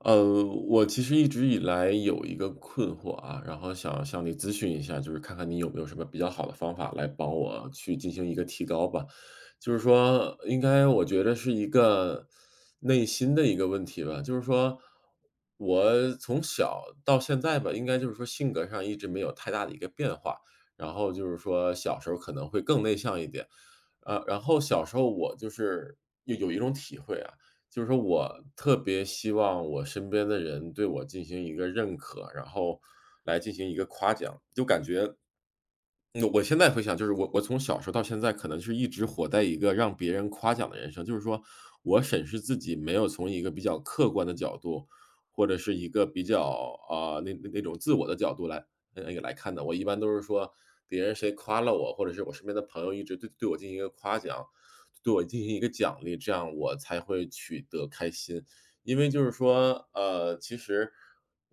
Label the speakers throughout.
Speaker 1: 我其实一直以来有一个困惑啊，然后想向你咨询一下，就是看看你有没有什么比较好的方法来帮我去进行一个提高吧。就是说，应该我觉得是一个内心的一个问题吧，就是说我从小到现在吧，应该就是说性格上一直没有太大的一个变化，然后就是说小时候可能会更内向一点，然后小时候我就是有一种体会啊，就是说我特别希望我身边的人对我进行一个认可，然后来进行一个夸奖，就感觉那我现在回想，就是我从小时候到现在，可能是一直活在一个让别人夸奖的人生，就是说我审视自己没有从一个比较客观的角度，或者是一个比较那种自我的角度来那个来看的。我一般都是说别人谁夸了我，或者是我身边的朋友一直对我进行一个夸奖，对我进行一个奖励，这样我才会取得开心。因为就是说，其实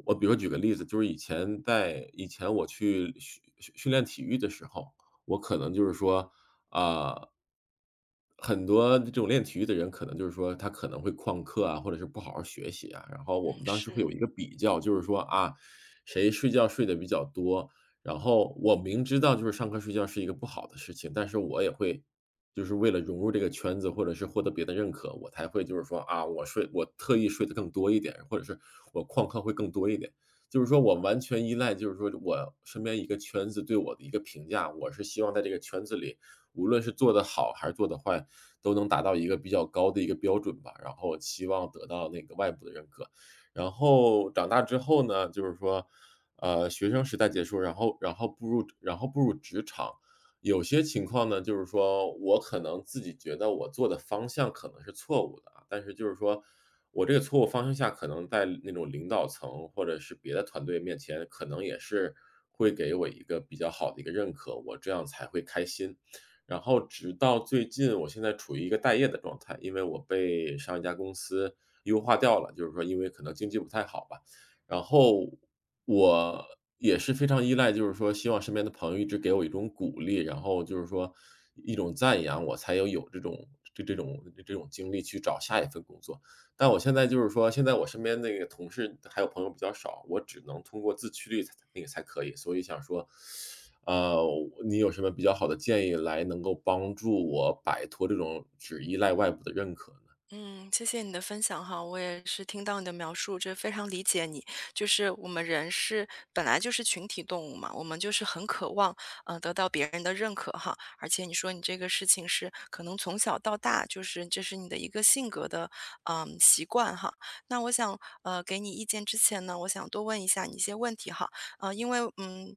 Speaker 1: 我比如举个例子，就是以前在以前我去训练体育的时候，我可能就是说，啊、很多这种练体育的人，可能就是说他可能会旷课啊，或者是不好好学习啊。然后我
Speaker 2: 嗯，
Speaker 1: 们当时会
Speaker 2: 是，
Speaker 1: 有一个比较，就是说啊，谁睡觉睡得比较多。然后我明知道就是上课睡觉是一个不好的事情，但是我也会就是为了融入这个圈子，或者是获得别的认可，我才会就是说啊，我睡我特意睡得更多一点，或者是我旷课会更多一点。就是说我完全依赖，就是说我身边一个圈子对我的一个评价，我是希望在这个圈子里，无论是做得好还是做得坏，都能达到一个比较高的一个标准吧。然后希望得到那个外部的认可。然后长大之后呢，就是说，学生时代结束，然后然后步入然后步入职场。有些情况呢，就是说我可能自己觉得我做的方向可能是错误的啊，但是就是说我这个错误方向下，可能在那种领导层或者是别的团队面前，可能也是会给我一个比较好的一个认可，我这样才会开心。然后直到最近，我现在处于一个待业的状态，因为我被上一家公司优化掉了，就是说因为可能经济不太好吧，然后我也是非常依赖，就是说希望身边的朋友一直给我一种鼓励，然后就是说一种赞扬，我才有这种这种精力去找下一份工作。但我现在就是说，现在我身边那个同事还有朋友比较少，我只能通过自驱力才那个才可以。所以想说，呃，你有什么比较好的建议来能够帮助我摆脱这种只依赖外部的认可呢？
Speaker 2: 嗯，谢谢你的分享哈，我也是听到你的描述，这非常理解你。就是我们人是本来就是群体动物嘛，我们就是很渴望，得到别人的认可哈。而且你说你这个事情是可能从小到大，就是这是你的一个性格的，嗯，习惯哈。那我想，给你意见之前呢，我想多问一下你一些问题哈，呃，因为，嗯。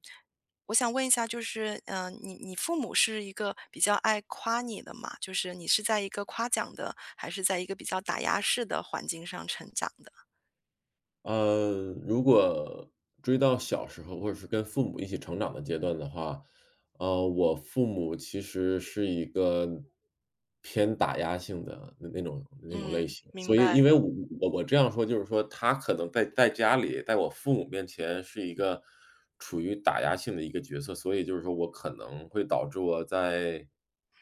Speaker 2: 我想问一下，就是,你父母是一个比较爱夸你的嘛？就是你是在一个夸奖的，还是在一个比较打压式的环境上成长的？
Speaker 1: 如果追到小时候，或者是跟父母一起成长的阶段的话，我父母其实是一个偏打压性的那种类
Speaker 2: 嗯，
Speaker 1: 型。
Speaker 2: 明
Speaker 1: 所以
Speaker 2: 白。
Speaker 1: 因为我我这样说，就是说他可能在家里，在我父母面前是一个处于打压性的一个角色，所以就是说我可能会导致我在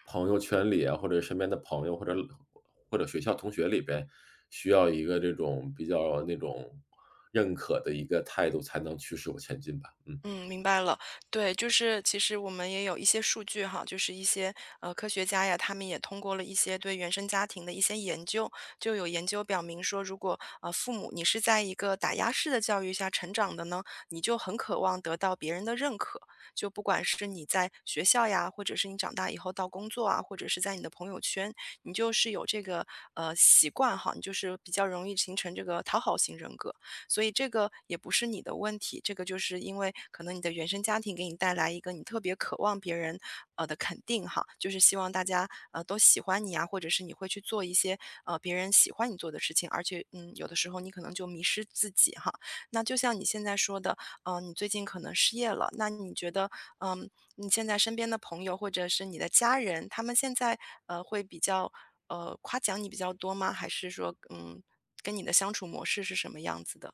Speaker 1: 朋友圈里啊，或者身边的朋友，或者学校同学里边，需要一个这种比较那种认可的一个态度，才能驱使我前进吧，嗯。
Speaker 2: 嗯，明白了。对，就是其实我们也有一些数据哈，就是一些科学家呀，他们也通过了一些对原生家庭的一些研究，就有研究表明说，如果父母你是在一个打压式的教育下成长的呢，你就很渴望得到别人的认可，就不管是你在学校呀，或者是你长大以后到工作啊，或者是在你的朋友圈，你就是有这个习惯哈，你就是比较容易形成这个讨好型人格。所以这个也不是你的问题，这个就是因为可能你的原生家庭给你带来一个你特别渴望别人的肯定哈，就是希望大家都喜欢你啊，或者是你会去做一些别人喜欢你做的事情，而且嗯有的时候你可能就迷失自己哈。那就像你现在说的，你最近可能失业了，那你觉得嗯、你现在身边的朋友或者是你的家人，他们现在会比较夸奖你比较多吗？还是说嗯跟你的相处模式是什么样子的？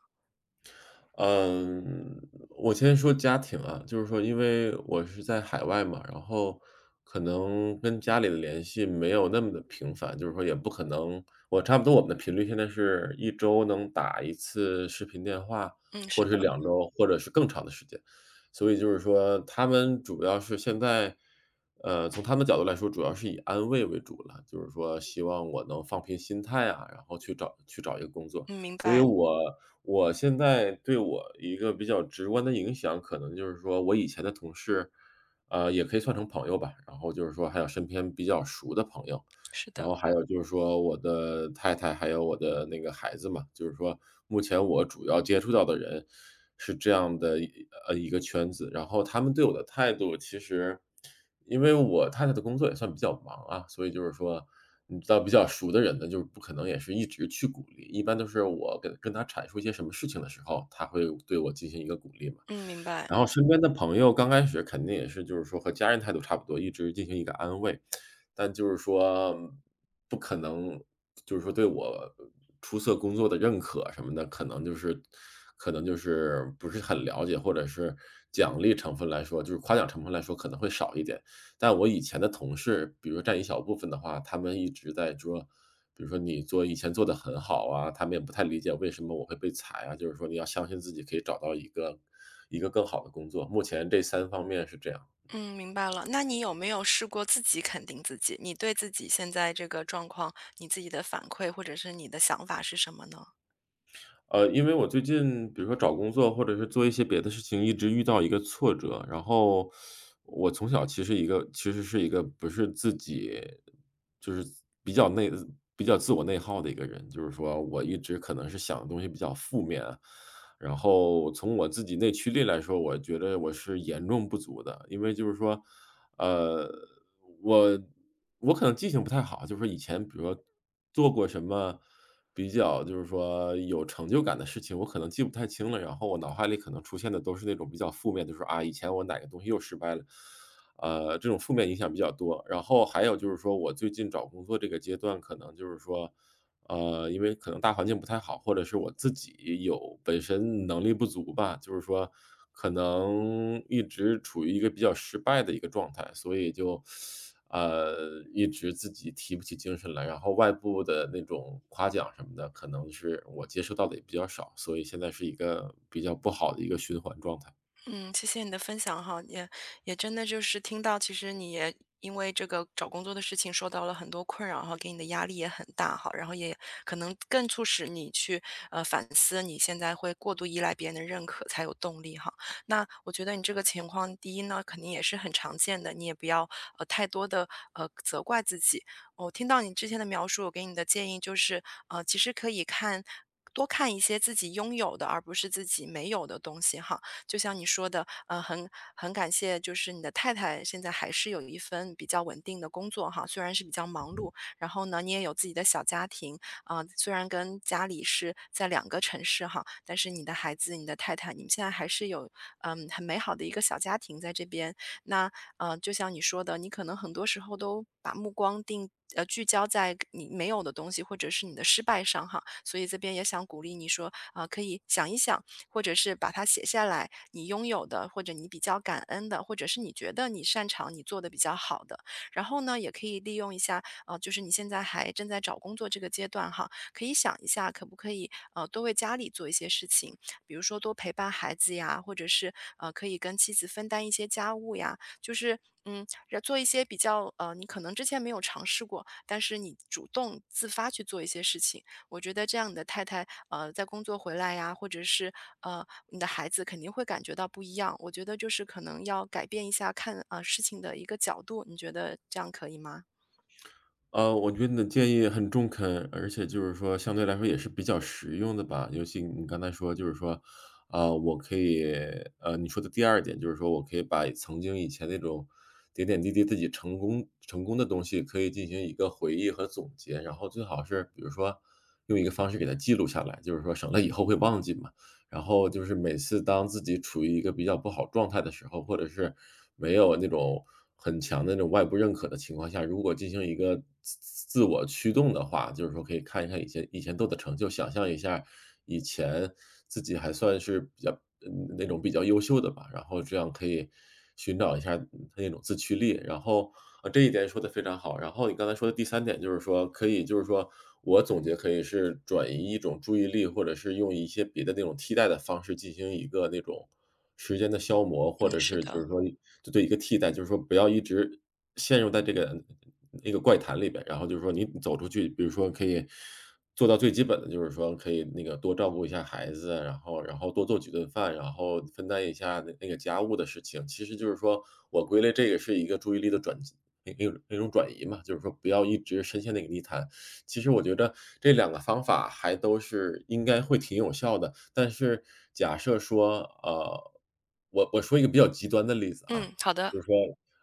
Speaker 1: 嗯，我先说家庭啊，就是说因为我是在海外嘛，然后可能跟家里的联系没有那么的频繁，就是说也不可能我差不多我们的频率现在是一周能打一次视频电话，
Speaker 2: 嗯，
Speaker 1: 或
Speaker 2: 是
Speaker 1: 者是
Speaker 2: 的，
Speaker 1: 两周，或者是更长的时间。所以就是说他们主要是现在，从他们角度来说，主要是以安慰为主了，就是说希望我能放平心态啊，然后去找一个工作。
Speaker 2: 嗯，明
Speaker 1: 所以
Speaker 2: 白，
Speaker 1: 我现在对我一个比较直观的影响，可能就是说我以前的同事，也可以算成朋友吧，然后就是说还有身边比较熟的朋友，
Speaker 2: 是
Speaker 1: 然
Speaker 2: 的，
Speaker 1: 后还有就是说我的太太还有我的那个孩子嘛，就是说目前我主要接触到的人是这样的一一个圈子。然后他们对我的态度其实因为我太太的工作也算比较忙啊，所以就是说你知道比较熟的人呢，就是不可能也是一直去鼓励，一般都是我跟他阐述一些什么事情的时候，他会对我进行一个鼓励嘛。
Speaker 2: 嗯，明白，
Speaker 1: 然后身边的朋友刚开始肯定也是就是说和家人态度差不多，一直进行一个安慰，但就是说不可能就是说对我出色工作的认可什么的，可能就是不是很了解，或者是奖励成分来说，就是夸奖成分来说可能会少一点。但我以前的同事，比如说占一小部分的话，他们一直在说比如说你做以前做的很好啊，他们也不太理解为什么我会被裁啊，就是说你要相信自己可以找到一个更好的工作，目前这三方面是这样。
Speaker 2: 嗯，明白了。那你有没有试过自己肯定自己？你对自己现在这个状况，你自己的反馈或者是你的想法是什么呢？
Speaker 1: 因为我最近比如说找工作，或者是做一些别的事情，一直遇到一个挫折。然后我从小其实一个其实是一个不是自己就是比较内比较自我内耗的一个人，就是说我一直可能是想的东西比较负面。然后从我自己内驱力来说，我觉得我是严重不足的，因为就是说呃，我我可能记性不太好，就是说以前比如说做过什么比较就是说有成就感的事情，我可能记不太清了。然后我脑海里可能出现的都是那种比较负面的就是啊，以前我哪个东西又失败了，这种负面影响比较多。然后还有就是说，我最近找工作这个阶段，可能就是说，因为可能大环境不太好，或者是我自己有本身能力不足吧，就是说可能一直处于一个比较失败的一个状态，所以就，一直自己提不起精神来，然后外部的那种夸奖什么的，可能是我接受到的也比较少，所以现在是一个比较不好的一个循环状态。
Speaker 2: 嗯，谢谢你的分享哈，也真的就是听到，其实你也因为这个找工作的事情受到了很多困扰哈，给你的压力也很大哈，然后也可能更促使你去反思，你现在会过度依赖别人的认可才有动力哈。那我觉得你这个情况，第一呢，肯定也是很常见的，你也不要太多的责怪自己。听到你之前的描述，我给你的建议就是其实可以看。多看一些自己拥有的，而不是自己没有的东西哈。就像你说的，很感谢，就是你的太太现在还是有一份比较稳定的工作哈，虽然是比较忙碌，然后呢，你也有自己的小家庭啊、虽然跟家里是在两个城市哈，但是你的孩子、你的太太，你们现在还是有嗯很美好的一个小家庭在这边。那就像你说的，你可能很多时候都把目光定。聚焦在你没有的东西，或者是你的失败上哈，所以这边也想鼓励你说啊、可以想一想。或者是把它写下来，你拥有的，或者你比较感恩的，或者是你觉得你擅长、你做的比较好的。然后呢，也可以利用一下，就是你现在还正在找工作这个阶段哈，可以想一下可不可以，多为家里做一些事情，比如说多陪伴孩子呀，或者是可以跟妻子分担一些家务呀，就是嗯，做一些比较你可能之前没有尝试过，但是你主动自发去做一些事情。我觉得这样你的太太，在工作回来呀，或者是你的孩子肯定会感觉到不一样。我觉得就是可能要改变一下看啊、事情的一个角度，你觉得这样可以吗？
Speaker 1: 我觉得你的建议很中肯，而且就是说相对来说也是比较实用的吧。尤其你刚才说，就是说，我可以，你说的第二点就是说我可以把曾经以前那种点点滴滴自己成功的东西，可以进行一个回忆和总结，然后最好是比如说用一个方式给它记录下来，就是说省得以后会忘记嘛。然后就是每次当自己处于一个比较不好状态的时候，或者是没有那种很强的那种外部认可的情况下，如果进行一个自自我驱动的话，就是说可以看一看以前做的成就，想象一下以前自己还算是比较嗯那种比较优秀的吧，然后这样可以寻找一下它那种自驱力。然后，啊，这一点说的非常好。然后你刚才说的第三点就是说可以就是说我总结可以是转移一种注意力，或者是用一些别的那种替代的方式进行一个那种时间的消磨，或
Speaker 2: 嗯，
Speaker 1: 者
Speaker 2: 是
Speaker 1: 是就
Speaker 2: 的，
Speaker 1: 是说就对一个替代，就是说不要一直陷入在这个那个怪谈里边。然后就是说你走出去，比如说可以做到最基本的就是说可以那个多照顾一下孩子，然后多做几顿饭，然后分担一下那那个家务的事情。其实就是说我归类这个是一个注意力的转移那种转移嘛，就是说不要一直深陷那个泥潭。其实我觉得这两个方法还都是应该会挺有效的，但是假设说，呃，我说一个比较极端的例子啊，
Speaker 2: 嗯，好的，
Speaker 1: 就是说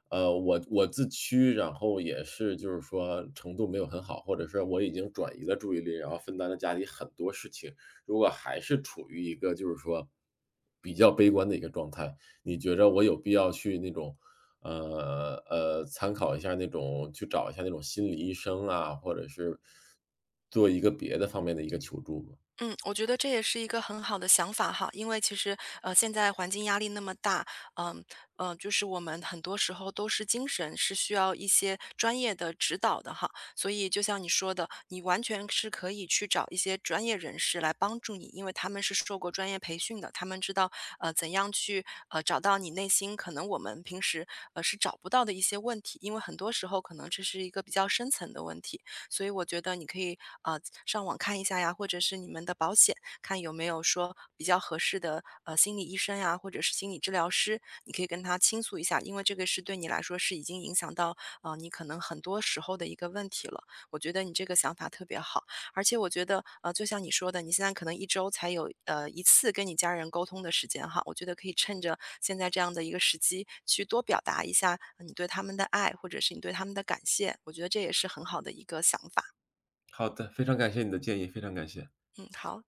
Speaker 1: 我自驱，然后也是就是说程度没有很好，或者是我已经转移了注意力，然后分担了家里很多事情。如果还是处于一个就是说比较悲观的一个状态，你觉着我有必要去那种，参考一下那种去找一下那种心理医生啊，或者是做一个别的方面的一个求助吗？
Speaker 2: 嗯，我觉得这也是一个很好的想法哈，因为其实现在环境压力那么大，嗯嗯,就是我们很多时候都是精神是需要一些专业的指导的哈，所以就像你说的，你完全是可以去找一些专业人士来帮助你，因为他们是受过专业培训的，他们知道怎样去找到你内心可能我们平时是找不到的一些问题，因为很多时候可能这是一个比较深层的问题，所以我觉得你可以上网看一下呀，或者是你们的保险看有没有说比较合适的心理医生呀，或者是心理治疗师，你可以跟他倾诉一下，因为这个是对你来说是已经影响到你可能很多时候的一个问题了。我觉得你这个想法特别好。而且我觉得，就像你说的，你现在可能一周才有，一次跟你家人沟通的时间哈，我觉得可以趁着现在这样的一个时机去多表达一下你对他们的爱，或者是你对他们的感谢，我觉得这也是很好的一个想法。
Speaker 1: 好的，非常感谢你的建议，非常感谢。
Speaker 2: 嗯，好。